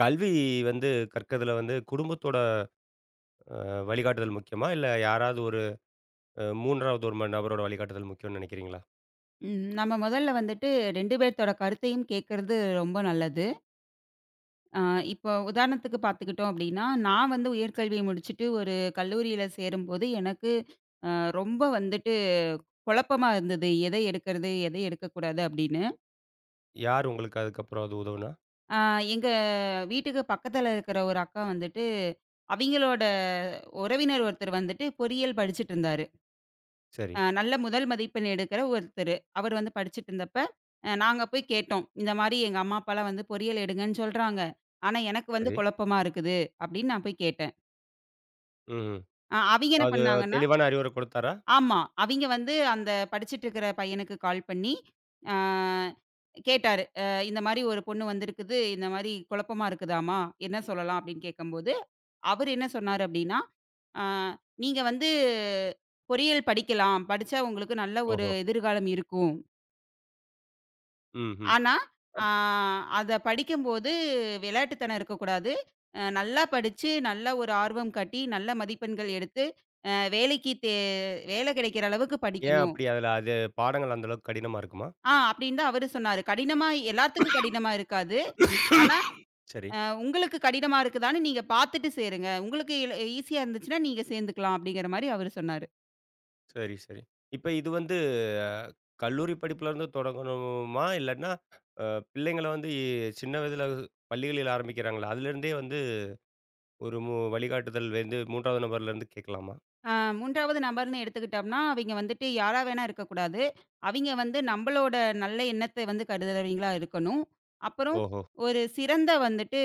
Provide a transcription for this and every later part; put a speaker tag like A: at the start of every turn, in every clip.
A: கல்வி வந்து கற்கதுல வந்து குடும்பத்தோட அ வழிகாட்டுதல் முக்கியமா? இல்ல யாராவது ஒரு 3வது ஒரு நபரோட வழிகாட்டுதல் முக்கியம்னு நினைக்கிறீங்களா?
B: ம். நம்ம முதல்ல வந்துட்டு 2 பேத்தோட கருத்தையும் கேட்கறது ரொம்ப நல்லது. அ இப்போ உதாரணத்துக்கு பார்த்துக்கிட்டோம் அப்டின்னா, நான் வந்து உயர்கல்வி முடிச்சுட்டு ஒரு கல்லூரியில சேரும்போது, எனக்கு அ ரொம்ப வந்துட்டு குழப்பமா இருந்தது. எதை எடுக்கறது? எதை எடுக்கக்கூடாது? அப்டின்னு.
A: யார் உங்களுக்கு அதுக்கப்புறம் அது உதவுனா?
B: அ எங்க வீட்டுக்கு பக்கத்துல இருக்கிற ஒரு அக்கா வந்துட்டு, அவிங்களோட உறவினர் ஒருத்தர் வந்துட்டு பொறியியல் படிச்சுட்டு இருந்தாரு.
A: சரி,
B: நல்ல முதல் மதிப்பெண் எடுக்கிற ஒருத்தரு. அவர் வந்து படிச்சுட்டு இருந்தப்ப, நாங்க போய் கேட்டோம். இந்த மாரி எங்க அம்மா, அப்பாலாம் வந்து பொறியியல் எடுங்கன்னு சொல்றாங்க. ஆனா எனக்கு வந்து
A: சரி.
B: குழப்பமா இருக்குது. அப்படின்னு நான் போய் கேட்டேன்.
A: ம்.
B: அவிங்க என்ன
A: அது
B: பண்ணாங்கன்னா.
A: தெளிவான அறிவுரை கொடுத்தாரா?
B: ஆமா. அவிங்க வந்து அந்த படிச்சுட்டு இருக்கிற பையனுக்கு கால் பண்ணி, அ கேட்டாரு. இந்த மாரி ஒரு பொண்ணு வந்திருக்குது. இந்த மாரி குழப்பமா இருக்குதாம்மா. என்ன சொல்லலாம் அப்படின்னு கேட்கும்போது, அவரு என்ன சொன்னாரு அப்படின்னா, அ நீங்க வந்து பொறியியல் படிக்கலாம். படிச்சா உங்களுக்கு நல்ல ஒரு
A: ஓஹோ!
B: எதிர்காலம் இருக்கும்.
A: ம்ஹ்ம்.
B: ஆனா, ஆ அத படிக்கும்போது விளையாட்டுத்தனம் இருக்கக்கூடாது. நல்லா படிச்சு, நல்ல ஒரு ஆர்வம் காட்டி, நல்ல மதிப்பெண்கள் எடுத்து, அ வேலைக்கு தே வேலை கிடைக்கிற அளவுக்கு
A: ஏன்
B: படிக்கணும்.
A: அப்படி அதுல அது பாடங்கள் அந்த அளவுக்கு கடினமா இருக்குமா?
B: அப்படின்னு தான் அவரு சொன்னாரு. கடினமா எல்லாத்துக்கும் கடினமா இருக்காது. ஆனா,
A: சரி,
B: அ உங்களுக்கு கடினமா இருக்குதான்னு நீங்க பார்த்துட்டு சேருங்க. உங்களுக்கு ஈஸியா இருந்துச்சுன்னா நீங்க சேர்ந்துக்கலாம் அப்படிங்கிற மாரி அவரு சொன்னாரு.
A: சரி, சரி. இப்ப இது வந்து அ கல்லூரி படிப்புலருந்து தொடங்கணுமா? இல்லாட்டினா அ பிள்ளைங்கள வந்து சின்ன வயதுல பள்ளிகளில் ஆரம்பிக்கிறாங்கல்ல, அதுலேருந்தே வந்து ஒரு வழிகாட்டுதல் வந்து 3வது நபர்லேருந்து கேட்கலாமா?
B: ஆ 3வது நபர்ன்னு எடுத்துக்கிட்டோம்னா, அவைங்க வந்துட்டு யாரா வேணா இருக்கக்கூடாது. அவைங்க வந்து நம்பளோட நல்ல எண்ணத்த வந்து கருதுறவைங்களா இருக்கணும். அப்புறம்
A: ஓஹோ!
B: ஒரு சிறந்த வந்துட்டு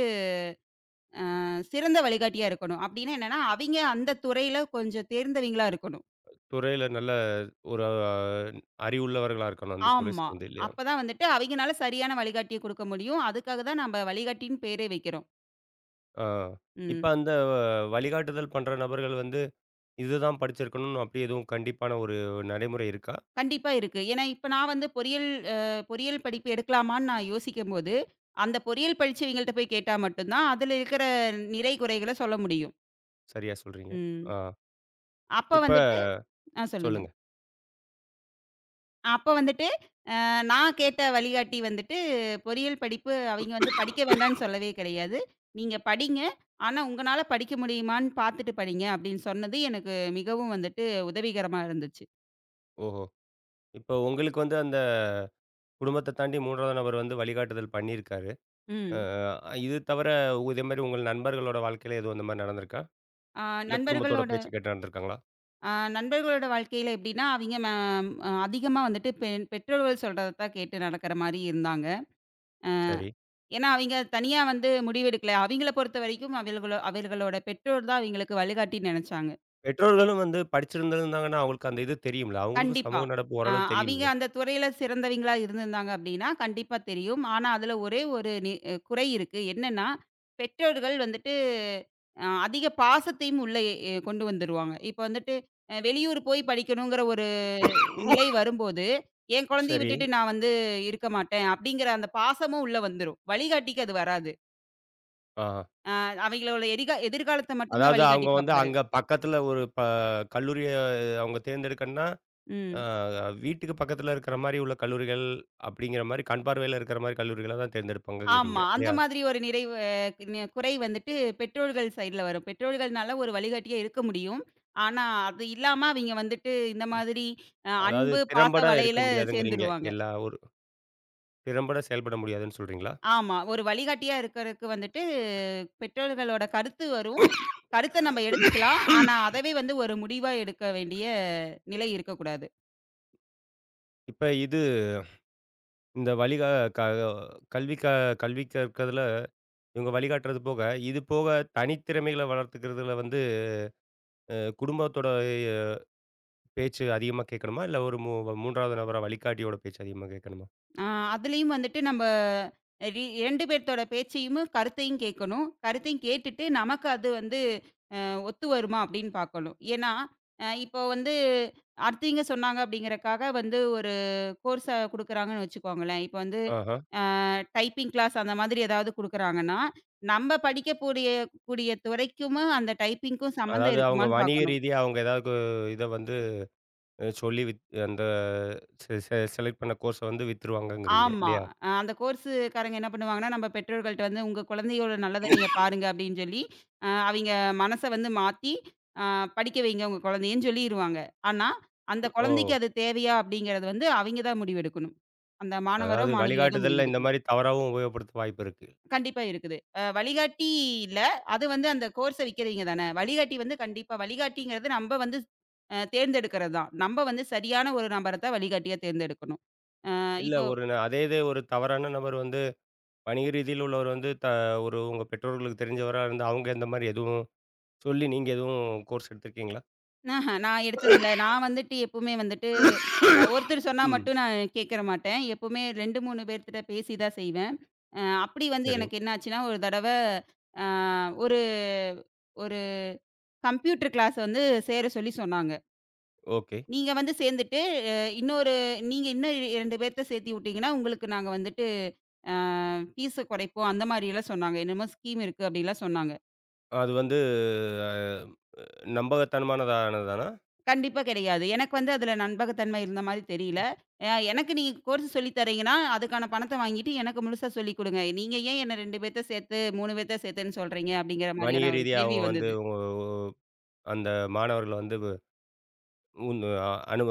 B: சிறந்த வழிகாட்டியா இருக்கணும். அப்டின்னா என்னன்னா, அவைங்க அந்த துறையில கொஞ்சம் தேர்ந்தவைங்களா இருக்கணும்.
A: துறையில நல்ல ஒரு அறிவுள்ளவர்களா இருக்கணும், அந்த துறை
B: ஆமா.
A: சார்ந்து இல்லையா?
B: அப்ப தான் வந்துட்டு அவைங்கனால சரியான வழிகாட்டிய குடுக்க முடியும். அதுக்காக தான் நம்ப வழிகாட்டின்னு பேரே வைக்கிறோம்.
A: ஆ. இப்ப
B: ம்.
A: அந்த வழிகாட்டுதல் பண்ற நபர்கள் வந்து, இதுதான் படிச்சிருக்கணும்னு அப்படி எதுவும் கண்டிப்பான ஒரு நடைமுறை இருக்கா?
B: கண்டிப்பா இருக்கு. ஏன்னா, இப்ப நான் வந்து பொறியியல் அ பொறியியல் படிப்பு எடுக்கலாமான்னு நான் யோசிக்கும்போது, அந்த பொறியியல் படிச்சவைங்கள்ட்ட போய் கேட்டா மட்டும் தான், அதுல இருக்கிற நிறை, குறைகள சொல்ல முடியும்.
A: சரியா சொல்றீங்க.
B: ம்.
A: ஆ.
B: அப்ப
A: இப்ப
B: வந்துட்டு சொல்லுங்க.
A: சொல்லுங்க.
B: அப்ப வந்துட்டு நான் கேட்ட வழிகாட்டி வந்துட்டு, பொறியியல் படிப்பு அவைங்க வந்து படிக்க வேண்டான்னு சொல்லவே கிடையாது. "நீங்க படிங்க. ஆனா உங்கனால படிக்க முடியுமான்னு பார்த்துட்டு படிங்க" அப்படின்னு சொன்னது எனக்கு மிகவும் வந்துட்டு உதவிகரமா இருந்துச்சு.
A: ஓஹோ! இப்ப உங்களுக்கு வந்து அந்த குடும்பத்த தாண்டி 3வது நபர் வந்து வழிகாட்டுதல் பண்ணியிருக்காரு. அ
B: ம்.
A: அ இது தவிர இதே மாரி உங்கள் நண்பர்களோட வாழ்க்கையில எதுவும் அந்த மாரி நடந்திருக்கா?
B: ஆ
A: இல்ல குடும்பத்தோட
B: நண்பர்களோட
A: பேச்சு கேட்டு நடந்திருக்காங்களா?
B: ஆ நண்பர்களோட வாழ்க்கையில எப்படின்னா, அவிங்க ம அ அதிகமா வந்துட்டு பெற்றோர்கள் சொல்றத தான் கேட்டு நடக்கிற மாரி இருந்தாங்க.
A: சரி.
B: ஏன்னா, அவிங்க தனியா வந்து முடிவெடுக்கல. அவிங்கள பொறுத்தவரைக்கும் அவர்களோ அவர்களோட பெற்றோர் தான் அவிங்களுக்கு வழிகாட்டின்னு நெனச்சாங்க.
A: பெற்றோர்களும் வந்து படிச்சிருந்திருந்தாங்கன்னா, அவங்களுக்கு அந்த இது தெரியும்ல. அவங்களுக்கும்
B: கண்டிப்பா.
A: சமூக நடப்பு
B: அ
A: ஓரளவு
B: அவிங்க
A: தெரியும்ல.
B: அந்த துறையில சிறந்தவிங்களா இருந்திருந்தாங்க அப்டின்னா, கண்டிப்பா தெரியும். ஆனா, அதுல ஒரே ஒரு நி அ குறை இருக்கு. என்னன்னா, பெற்றோர்கள் வந்துட்டு அதிக பாசத்தையும் உள்ள கொண்டு வந்துருவாங்க. இப்ப வந்துட்டு வெளியூர் போய் படிக்கணுங்கிற ஒரு நிலை வரும்போது, என் குழந்தைய
A: சரி.
B: விட்டுட்டு நான் வந்து இருக்க மாட்டேன், அப்டிங்கிற அந்த பாசமும் உள்ள வந்துரும். வழிகாட்டிக்கு அது வராது.
A: ஆ.
B: அவைங்களோட எதிர்காலத்த மட்டும் தான்
A: அதாவது
B: வழிகாட்டி
A: அவங்க வந்து
B: பாப்பாரு.
A: அங்க பக்கத்துல ஒரு கல்லூரிய அவங்க தேர்ந்தெடுக்கணும்னா, அ
B: ம்.
A: வீட்டுக்கு பக்கத்துல இருக்கிற மாரி உள்ள கல்லூரிகள், அப்படிங்கிற மாரி கண் பார்வையில இருக்கிற மாரி கல்லூரிகள தான் தேர்ந்தெடுப்பாங்கங்கிறீங்க.
B: ஆமா. அந்த
A: இல்லையா?
B: மாதிரி ஒரு நிறைவு குறை வந்துட்டு பெற்றோர்கள் சைடுல வரும். பெற்றோர்கள்னால ஒரு வழிகாட்டியா இருக்க முடியும். ஆனா, அது இல்லாம அவிங்க வந்துட்டு இந்த மாதிரி
A: அதாவது
B: அன்பு, பாச
A: திறம்பட இருக்க
B: வலையில
A: முடியாதுங்கிறீங்க.
B: சேர்ந்துருவாங்க.
A: எல்லா ஒரு திறம்பட செயல்பட முடியாதுன்னு சொல்றீங்களா?
B: ஆமா. ஒரு வழிகாட்டியா இருக்கறக்கு வந்துட்டு பெற்றோர்களோட கருத்து வரும். கருத்த நம்ம எடுத்துக்கலாம். ஆனா, அதவே வந்து ஒரு முடிவா எடுக்க வேண்டிய நிலை இருக்கக்கூடாது.
A: இப்ப இது இந்த வழிகா க கல்வி க கல்வி கற்கறதுல இவங்க வழிகாட்டுறது போக, இது போக தனித்திறமைகள வளர்த்துக்கிறதுல வந்து அ குடும்பத்தோட எ பேச்சு அதிகமா கேட்கணுமா? இல்ல ஒரு 3வது நபரா வழிகாட்டியோட பேச்சு அதிகமா கேட்கணுமா?
B: ஆ அதுலயும் வந்துட்டு நம்ப 2 பேத்தோட பேச்சையும், கருத்தையும் கேட்கணும். கருத்தையும் கேட்டுட்டு நமக்கு அது வந்து ஒத்து வருமா அப்படின்னு பார்க்கணும். ஏன்னா, இப்போ வந்து அடுத்தவங்க சொன்னாங்க அப்படிங்கிறக்காக வந்து ஒரு கோர்ஸ குடுக்குறாங்கன்னு வச்சுக்கோங்களேன். இப்போ வந்து
A: ஆஹா.
B: டைப்பிங் கிளாஸ் அந்த மாதிரி ஏதாவது குடுக்குறாங்கன்னா, நம்ம படிக்கக்கூடிய துறைக்கும் அந்த டைப்பிங்க்கும் சம்மந்தம்
A: அதாவது அவங்க
B: இருக்குமான்னு
A: வணிக
B: பார்க்கணும்.
A: ரீதியா அவங்க ஏதாவது இத வந்து சொல்லி அந்த செ செ செலக்ட் பண்ண கோர்ஸ வந்து வித்துருவாங்கங்கிறீங்க
B: ஆமா.
A: இல்லையா?
B: அந்த கோர்ஸுக்காரங்க என்ன பண்ணுவாங்கன்னா, நம்ம பெற்றோர்கள்ட்ட வந்து, "உங்க குழந்தையோட நல்லத நீங்க பாருங்க" அப்படின்னு சொல்லி, அவிங்க மனச வந்து மாத்தி, அ "படிக்க வைங்க உங்க குழந்தையன்னு" சொல்லிருவாங்க. ஆனா, அந்த
A: ஓ!
B: குழந்தைக்கு அது தேவையா அப்படிங்கிறது வந்து அவிங்க தான் முடிவெடுக்கணும். அந்த மாணவரோ,
A: அதாவது
B: மாணவியோ தான்
A: வழிகாட்டுதல்ல இந்த
B: முடிவெடுக்கணும்.
A: மாரி தவறாவும் உபயோகப்படுத்த வாய்ப்பு இருக்கு.
B: கண்டிப்பா இருக்குது. வழிகாட்டி இல்ல. அது வந்து அந்த கோர்ஸ விக்கிறவைங்க தானே. வழிகாட்டி வந்து கண்டிப்பா வழிகாட்டிங்கிறது நம்ப வந்து தேர்ந்தெடுக்கிறது தான். நம்ப வந்து சரியான ஒரு நபர தான் வழிகாட்டியா தேர்ந்தெடுக்கணும். அ
A: இல்ல
B: இப்போ
A: ஒரு அதே இது ஒரு தவறான நபர் வந்து வணிக ரீதியில உள்ளவர் வந்து ஒரு உங்க பெற்றோர்களுக்கு தெரிஞ்சவரா இருந்து அவங்க இந்த மாரி எதுவும் சொல்லி நீங்க எதுவும் கோர்ஸ் எடுத்திருக்கீங்களா?
B: ஆஹ. நான் எடுத்ததில்ல. நான் வந்துட்டு எப்பவுமே வந்துட்டு ஒருத்தர் சொன்னா
A: ம்.
B: மட்டும் நான் கேட்கற மாட்டேன். எப்பவுமே 2, 3 பேர்கிட்ட பேசி தான் செய்வேன். அப்படி வந்து
A: சரி.
B: எனக்கு என்ன ஆச்சுன்னா, ஒரு தடவ அ ஒரு ஒரு கம்ப்யூட்டர் கிளாஸ் வந்து சேர சொல்லி சொன்னாங்க.
A: ஓகே.
B: "நீங்க வந்து சேர்ந்துட்டு, அ இன்னொரு நீங்க இன்னும் 2 பேர்த்த சேர்த்தி விட்டீங்கன்னா, உங்களுக்கு நாங்க வந்துட்டு அ ஃபீஸ குறைப்போம்." அந்த மாரிலாம் சொன்னாங்க. என்னமோ ஸ்கீம் இருக்கு அப்படிலாம் சொன்னாங்க.
A: அது வந்து அ நம்பகத்தனமானதானதானா?
B: கண்டிப்பா கிடையாது. எனக்கு வந்து அதுல நம்பகத்தன்மை இருந்த மாரி தெரியல. எனக்கு நீங்க கோர்ஸ் சொல்லி தர்றீங்கன்னா, அதுக்கான பணத்த வாங்கிட்டு எனக்கு முழுசா சொல்லிக் குடுங்க. நீங்க ஏன் என்ன 2 பேத்த சேர்த்து, 3 பேத்த சேர்த்துன்னு சொல்றீங்க? அப்படிங்கிற
A: வணிக
B: மாரியான ஒரு
A: ரீதியா
B: கேள்வி
A: அவங்க வந்து
B: வந்தது.
A: உங்க அந்த மாணவர்கள வந்து உன் அ அனுப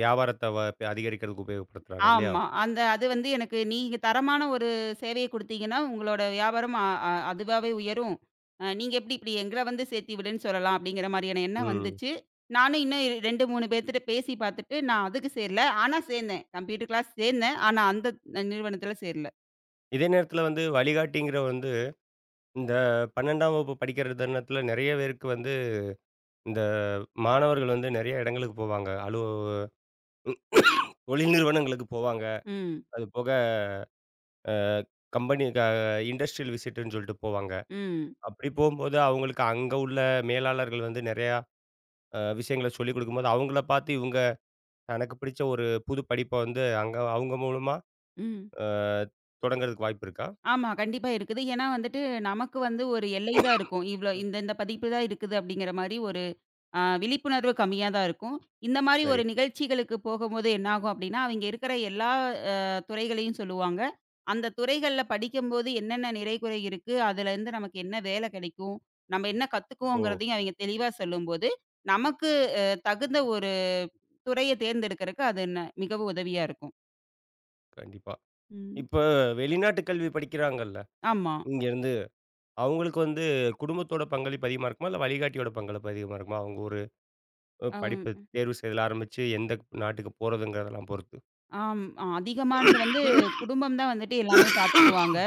A: வியாபாரத்த அதிகரிக்கிறதுக்கு உபயோகப்படுத்துறாங்க இல்லையா?
B: ஆமா. அந்த அது வந்து எனக்கு நீங்க தரமான ஒரு சேவைய குடுத்தீங்கன்னா, உங்களோட வியாபாரம் அ அ அதுவாவே உயரும். நீங்க எப்படி இப்படி எங்கள வந்து சேர்த்தி விடுன்னு சொல்லலாம் அப்படிங்கிற மாரியான எண்ணம்
A: ம்.
B: வந்துச்சு. நானும் இன்னும் 2, 3 பேர்த்துட்ட பேசி பார்த்துட்டு, நான் அதுக்கு சேரல. ஆனா சேர்ந்தேன். கம்ப்யூட்டர் கிளாஸ் சேர்ந்தேன். ஆனா அந்த நிறுவனத்துல சேரல.
A: இதே நேரத்தில வந்து வழிகாட்டிங்கிற வந்து இந்த 12ஆம் வகுப்பு படிக்கிற தருணத்தில நெறைய பேருக்கு வந்து இந்த மாணவர்கள் வந்து நெறைய இடங்களுக்கு போவாங்க. தொழில் நிறுவனங்களுக்கு போவாங்க.
B: ம்.
A: அது போக அ கம்பெனி இண்டஸ்ட்ரியல் விசிட்டுன்னு சொல்லிட்டு போவாங்க.
B: ம்.
A: அப்படி போம்போது அவங்களுக்கு அங்க உள்ள மேலாளர்கள் வந்து நெறையா விஷயங்கள சொல்லிக் குடுக்கும்போது, அவங்கள பார்த்து இவங்க தனக்கு பிடிச்ச ஒரு புது படிப்ப வந்து அங்க அவங்க மூலமா
B: ம்.
A: அ தொடங்குறதுக்கு வாய்ப்பு இருக்கா?
B: ஆமா. கண்டிப்பா இருக்குது. ஏன்னா வந்துட்டு நமக்கு வந்து ஒரு எல்லை தான் இருக்கும். இவ்ளோ
A: ம்.
B: இந்த இந்த பதிப்பு தான் இருக்குது அப்படிங்கிற மாரி ஒரு விழிப்புணர்வு கம்மியா தான் இருக்கும். இந்த மாரி
A: சரி.
B: ஒரு நிகழ்ச்சிகளுக்கு போகும்போது என்ன ஆகும் அப்படின்னா, அவைங்க இருக்கிற எல்லா அ துறைகளையும் சொல்லுவாங்க. அந்த துறைகள்ல படிக்கும்போது என்னென்ன நிறை, குறை இருக்கு, அதுலேருந்து நமக்கு என்ன வேலை கிடைக்கும், நம்ம என்ன
A: ஓ!
B: கத்துக்குவோங்கிறதையும் அவைங்க தெளிவா சொல்லும்போது, நமக்கு அ தகுந்த ஒரு துறைய தேர்ந்தெடுக்கறக்கு அது மிகவும் உதவியா இருக்கும்.
A: கண்டிப்பா.
B: ம்.
A: இப்ப வெளிநாட்டு கல்வி படிக்கிறாங்கல்ல,
B: ஆமா.
A: இங்கேருந்து. அவங்களுக்கு வந்து குடும்பத்தோட பங்களிப்பு அதிகமா இருக்குமா? இல்ல வழிகாட்டியோட பங்களிப்பு அதிகமா இருக்குமா? அவங்க ஒரு
B: அ.
A: படிப்பு தேர்வு செய்தல ஆரம்பிச்சு எந்த நாட்டுக்கு போறதுங்கிறதெல்லாம் பொறுத்து.
B: ஆம். அதிகமானது வந்து குடும்பம் தான் வந்துட்டு எல்லாமே பார்த்துக்குவாங்க.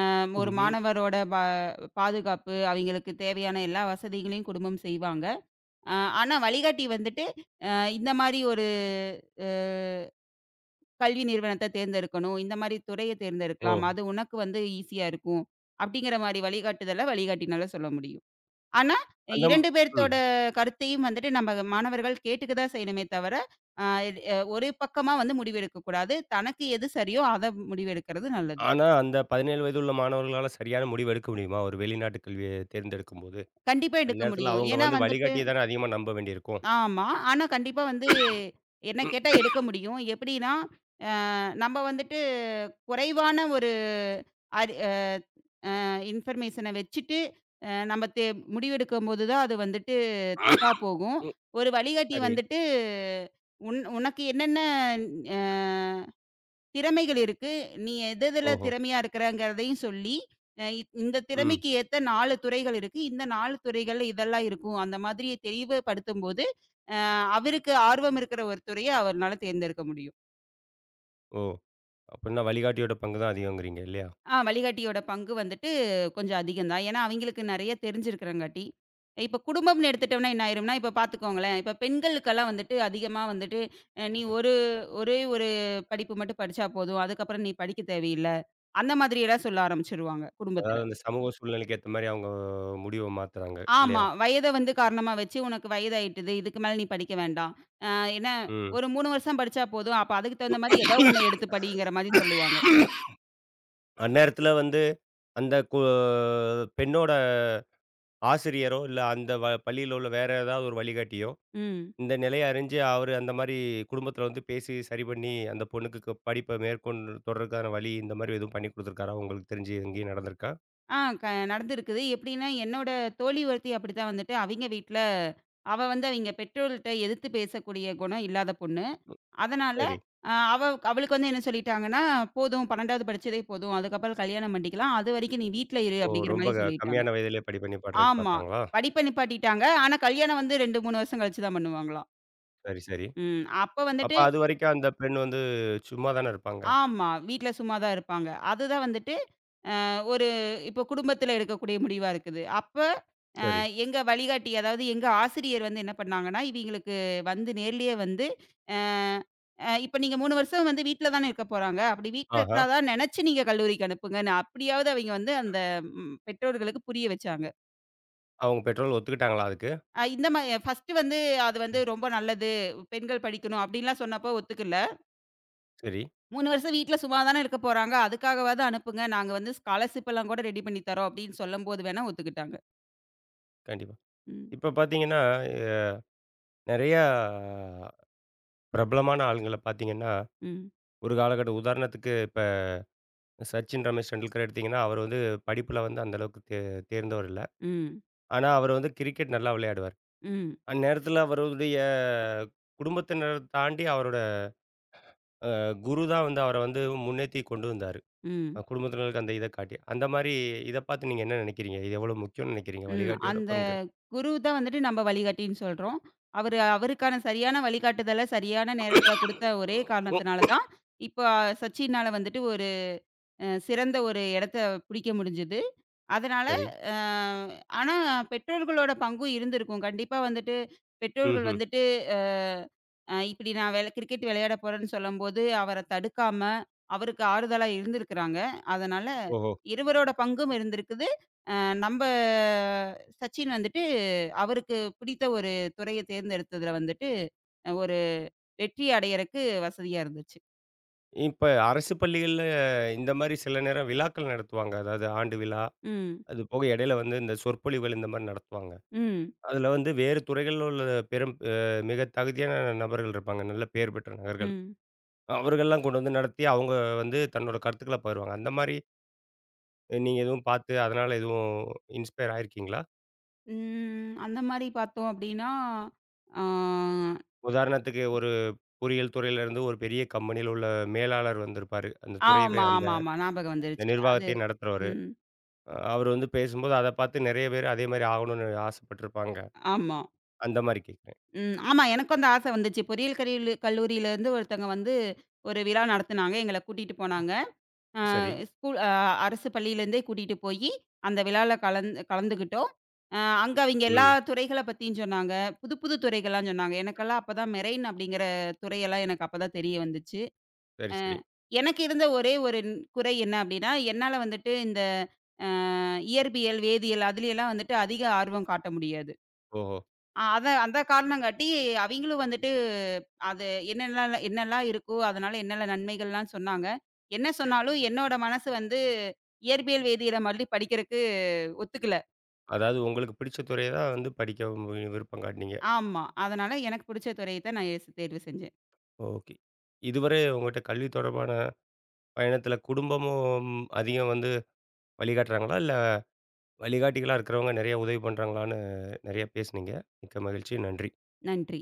B: ஒரு
A: ம்ஹ்ம்.
B: மாணவரோட பாதுகாப்பு, அவைங்களுக்கு தேவையான எல்லா வசதிகளையும் குடும்பம் செய்வாங்க. அ ஆனா வழிகாட்டி வந்துட்டு, இந்த மாரி ஒரு அ கல்வி நிறுவனத்த தேர்ந்தெடுக்கணும். இந்த மாரி துறைய
A: ஓ!
B: தேர்ந்தெடுக்கலாம். அது உனக்கு வந்து ஈஸியா இருக்கும். அப்படிங்கிற மாரி வழிகாட்டுதல வழிகாட்டினால சொல்ல முடியும். ஆனா,
A: அந்த ம்
B: 2
A: ம்.
B: பேர்த்தோட கருத்தையும் வந்துட்டு நம்ம மாணவர்கள் கேட்டுக்க தான் செய்யணுமே தவிர, அ இது அ ஒரு பக்கமா வந்து முடிவு எடுக்கக்கூடாது. தனக்கு எது சரியோ அத முடிவு எடுக்கிறது நல்லது.
A: ஆனா, அந்த 17 வயது உள்ள மாணவர்களால சரியான முடிவு எடுக்க முடியுமா? ஒரு வெளிநாட்டு கல்விய தேர்ந்தெடுக்கும்போது.
B: கண்டிப்பா எடுக்க
A: அந்நேரத்தில
B: முடியும்.
A: அவங்க
B: ஏன்னா
A: வந்து
B: வந்துட்டு
A: வழிகாட்டிய தானே அதிகமா நம்ப வேண்டியிருக்கும்.
B: ஆமா. ஆனா கண்டிப்பா வந்து என்ன
A: ம்.
B: கேட்டா எடுக்க முடியும். எப்படின்னா, நம்ம வந்துட்டு குறைவான ஒரு அறி அ இன்ஃபர்மேஷன வச்சுட்டு, அ நம்ம தே முடிவெடுக்கும்போது தான் அது வந்துட்டு தப்பா போகும். ஒரு வழிகாட்டி
A: சரி.
B: வந்துட்டு, உனக்கு என்னென்ன அ திறமைகள் இருக்கு? நீ எது எதுல
A: ஓஹோ!
B: திறமையா இருக்கிறங்கிறதையும் சொல்லி, அ இந்த
A: ம்.
B: திறமைக்கு ஏத்த 4 துறைகள் இருக்கு. இந்த 4 துறைகள்ல இதெல்லாம் இருக்கும்." அந்த மாதிரி தெளிவுபடுத்தும்போது, அ அவருக்கு ஆர்வம் இருக்கிற ஒரு துறைய அவர்னால தேர்ந்தெடுக்க முடியும்.
A: ஓ! அப்பிடின்னா வழிகாட்டியோட பங்கு தான் அதிகங்கிறீங்க இல்லயா?
B: வழிகாட்டியோட பங்கு வந்துட்டு கொஞ்சம் அதிகம் தான். ஏன்னா, அவங்களுக்கு நெறைய தெரிஞ்சிருக்கிறங்காட்டி. இப்ப குடும்பம்னு எடுத்துட்டோம்னா என்ன ஆயிரும்னா, இப்ப பார்த்துக்கோங்களேன், இப்ப பெண்களுக்கெல்லாம் வந்துட்டு அதிகமா வந்துட்டு, அ நீ ஒரு ஒரே ஒரு படிப்பு மட்டும் படிச்சா போதும். அதுக்கப்புறம் நீ படிக்க தேவையில்ல. அந்த மாதிரியெல்லாம் சொல்ல ஆரம்பிச்சுருவாங்க குடும்பத்துல.
A: அதாவது அந்த சமூக சூழ்நிலைக்கு ஏத்தமாரி அவங்க முடிவ மாத்துறாங்க
B: ஆமா.
A: இல்லயா?
B: வயத வந்து காரணமா வச்சு, "உனக்கு வயதாயிட்டுது. இதுக்கு மேல நீ படிக்க வேண்டாம். அ என்ன
A: ம்.
B: ஒரு 3 வருஷம் படிச்சா போதும். அப்ப அதுக்கு தகுந்த மாரி ஏதோ ஒண்ணு எடுத்து படிங்கிற" மாரி சொல்லுவாங்க.
A: அந்நேரத்தில வந்து அந்த பெண்ணோட ஆசிரியரோ! இல்ல அந்த பள்ளியில உள்ள வேற ஏதாவது ஒரு வழிகாட்டியோ!
B: ம்.
A: இந்த நிலைய அறிஞ்சு அவரு அந்த மாரி குடும்பத்தில வந்து பேசி சரி பண்ணி, அந்த பொண்ணுக்கு படிப்ப மேற்கொண்டு தொடர்றதுக்கான வழி இந்த மாரி எதுவும் பண்ணி குடுத்துருக்காரா? உங்களுக்கு தெரிஞ்சு எங்கேயும் நடந்திருக்கா?
B: ஆ க நடந்திருக்குது. எப்படின்னா, என்னோட தோழி ஒருத்தி அப்படித்தான் வந்துட்டு அவிங்க வீட்ல அவ வந்து அவிங்க பெற்றோர்கள்ட்ட எதிர்த்து பேசக்கூடிய குணம் இல்லாத பொண்ணு. அதனால
A: சரி.
B: அ அவ அவளுக்கு வந்து என்ன சொல்லிட்டாங்கன்னா, "போதும் 12வது படிச்சதே போதும். அதுக்கப்புறம் கல்யாணம் பண்ணிக்கலாம். அதுவரைக்கும் நீ வீட்ல இரு"
A: ஓ!
B: அப்படிங்கிற
A: ரொம்ப
B: மாரி சொல்லிட்டாங்க.
A: கம்மியான வயதிலே படி பண்ணி பாடுறதுக்கு
B: ஆமா.
A: பார்த்தாங்களா?
B: படிப்ப நிப்பாட்டிட்டாங்க. ஆனா கல்யாணம் வந்து 2, 3 வருஷம் கழிச்சு தான் பண்ணுவாங்களாம்.
A: சரி, சரி.
B: ம். அப்ப
A: அப்ப
B: வந்துட்டு
A: அதுவரைக்கும் அந்த பெண் வந்து சும்மா தானே இருப்பாங்க.
B: ஆமா. வீட்ல சும்மா தான் இருப்பாங்க. அதுதான் வந்துட்டு அ ஒரு இப்போ குடும்பத்தில எடுக்கக்கூடிய முடிவா இருக்குது. அப்ப
A: சரி.
B: எங்க வழிகாட்டி, அதாவது எங்க ஆசிரியர் வந்து என்ன பண்ணாங்கன்னா, இவிங்களுக்கு வந்து நேர்லயே வந்து, அ அ இப்ப நீங்க 3 வருஷம் வந்து வீட்ல தானே இருக்க போறாங்க. அப்படி வீட்ல
A: ஆஹா!
B: இருக்கிறதா நெனச்சு நீங்க கல்லூரிக்கு அனுப்புங்கன்னு, அப்படியாவது அவிங்க வந்து அந்த பெற்றோர்களுக்கு புரிய வச்சாங்க.
A: அவங்க பெற்றோர்கள் ஒத்துக்கிட்டாங்களா அதுக்கு?
B: அ இந்த மா ஃபர்ஸ்ட்டு வந்து அது வந்து
A: ம்.
B: ரொம்ப நல்லது, பெண்கள் படிக்கணும் அப்படின்லாம் சொன்னப்போ ஒத்துக்கல.
A: சரி,
B: 3 வருஷம் வீட்ல சும்மா தானே இருக்க போறாங்க, அதுக்காகவாவது அனுப்புங்க. நாங்க வந்து ஸ்காலர்ஷிப் எல்லாம் கூட ரெடி பண்ணி தரோம் அப்படின்னு சொல்லும்போது வேணா ஒத்துக்கிட்டாங்க.
A: கண்டிப்பா.
B: ம்,
A: இப்ப பார்த்தீங்கன்னா, எ நெறையா பிரபலமான ஆளுங்கள பார்த்தீங்கன்னா,
B: ம்,
A: ஒரு காலகட்டம் உதாரணத்துக்கு சச்சின், ரமேஷ் டெண்டுல்கர் எடுத்தீங்கன்னா, அவர் வந்து படிப்புல வந்து அந்த அளவுக்கு தேர்ந்தவர் இல்ல.
B: ம்,
A: ஆனா அவர் வந்து கிரிக்கெட் நல்லா விளையாடுவார்.
B: ம்,
A: அந்நேரத்தில அவருடைய குடும்பத்தினர தாண்டி அவரோட அ குரு தான் வந்து அவர வந்து முன்னேத்தி கொண்டு வந்தாரு.
B: ம்.
A: குடும்பத்தினருக்கு அந்த இத காட்டி. அந்த மாரி இத பார்த்து நீங்க என்ன நினைக்கிறீங்க? இது எவ்வளவு முக்கியம்னு நினைக்கிறீங்க
B: ம்.
A: வழிகாட்டியோட
B: அந்த
A: பங்கு?
B: குரு தான் வந்துட்டு நம்ம வழிகாட்டின்னு சொல்றோம். அவரு அவருக்கான சரியான வழிகாட்டுதல சரியான நேரத்தில குடுத்த ஒரே காரணத்தினால
A: ம்.
B: தான், இப்ப சச்சின்னால வந்துட்டு ஒரு சிறந்த ஒரு இடத்த பிடிக்க முடிஞ்சது. அதனால,
A: சரி.
B: அ ஆனா பெற்றோர்களோட பங்கும் இருந்திருக்கும். கண்டிப்பா வந்துட்டு, பெற்றோர்கள்
A: ம்ஹ்ம்.
B: வந்துட்டு, அ அ இப்படி நான் கிரிக்கெட் விளையாட போறேன்னு சொல்லும்போது, அவர தடுக்காம, அவருக்கு ஆறுதலா இருந்திருக்கிறாங்க. அதனால,
A: ஓஹோ!
B: இருவரோட பங்கும் இருந்திருக்குது. அ நம்ப சச்சின் வந்துட்டு, அவருக்கு பிடித்த ஒரு துறைய தேர்ந்தெடுத்ததுல வந்துட்டு, ஒரு வெற்றி அடையறக்கு வசதியா இருந்துச்சு.
A: இப்ப அரசு பள்ளிகள்ல இந்த மாரி சில நேரம் விழாக்கள் நடத்துவாங்க. அதாவது ஆண்டு விழா,
B: ம்.
A: அது போக இடையில வந்து இந்த சொற்பொழிவுகள் இந்த மாரி நடத்துவாங்க.
B: ம்.
A: அதுல வந்து வேறு துறைகள்ல உள்ள பெரும் அ மிக தகுதியான நபர்கள் இருப்பாங்க. நல்ல பேர் பெற்ற நபர்கள்.
B: ம்.
A: அவர்கள்லாம் கொண்டு வந்து நடத்தி, அவங்க வந்து தன்னோட கருத்துக்கள பகிருவாங்க. அந்த மாரி நீங்க எதுவும் பார்த்து, அதனால எதுவும் இன்ஸ்பயர் ஆயிருக்கீங்களா?
B: ம். அந்த மாரி பார்த்தோம் அப்படின்னா, ஆ
A: உதாரணத்துக்கு ஒரு பொறியியல் துறையில இருந்து ஒரு பெரிய கம்பெனியில உள்ள மேலாளர் வந்திருப்பாரு. அந்த துறையவே
B: ஆமா,
A: அந்த
B: ஆமா, ஆமா. ஞாபகம்
A: அந்த
B: வந்துருச்சு. அது
A: நிர்வாகத்தையே நடத்துறவரு.
B: ம்.
A: அவர் வந்து பேசும்போது அத பார்த்து நெறைய பேர் அதே மாரி ஆகணும்னு ஆசைப்பட்டுருப்பாங்க.
B: ஆமா.
A: அந்த மாரி கேட்கிறேன்.
B: ம். ஆமா. எனக்கும் அந்த ஆசை வந்துச்சு. பொறியியல் கல்லூரியிலேருந்து ஒருத்தங்க வந்து ஒரு விழா நடத்துனாங்க. எங்கள கூட்டிட்டு போனாங்க. அ
A: சரி.
B: ஸ்கூல் அ அரசு பள்ளியிலேருந்தே கூட்டிட்டு போயி, அந்த விழால கலந்துக்கிட்டோம். அ அங்க அவிங்க எல்லா
A: ம்.
B: துறைகள பத்தியும் சொன்னாங்க. புது, புது துறைகள்லாம் சொன்னாங்க. எனக்கெல்லாம் அப்ப தான் மெரெய்ன் அப்படிங்கிற துறையெல்லாம் எனக்கு அப்ப தான் தெரிய வந்துச்சு.
A: சரி,
B: அ
A: சரி.
B: எனக்கு இருந்த ஒரே ஒரு குறை என்ன அப்படின்னா, என்னால வந்துட்டு இந்த அ இயற்பியல், வேதியியல் அதுலயெல்லாம் வந்துட்டு அதிக ஆர்வம் காட்ட முடியாது.
A: ஓஹோ!
B: அத அந்த காரணங்காட்டி அவிங்களும் வந்துட்டு அது என்னலாம் இருக்கோ, அதனால என்னென்ன நன்மைகள்லாம் சொன்னாங்க. என்ன சொன்னாலும் என்னோட மனசு வந்து இயற்பியல், வேதியியல மறுபடியும் படிக்கிறக்கு ஒத்துக்கல.
A: அதாவது உங்களுக்கு பிடிச்ச துறைய தான் வந்து படிக்க விருப்பம் காட்டுனீங்க.
B: ஆமா. அதனால எனக்கு புடிச்ச துறைய தான் நான் தேர்வு செஞ்சேன்.
A: ஓகே. இதுவரை உங்கட்ட கல்வி தொடர்பான பயணத்தில குடும்பமும் அதிகம் வந்து வழிகாட்டுறாங்களா? இல்ல வழிகாட்டிகளா இருக்கிறவங்க நெறைய உதவி பண்றாங்களான்னு நெறைய பேசுனீங்க. மிக்க மகிழ்ச்சி. நன்றி.
B: நன்றி.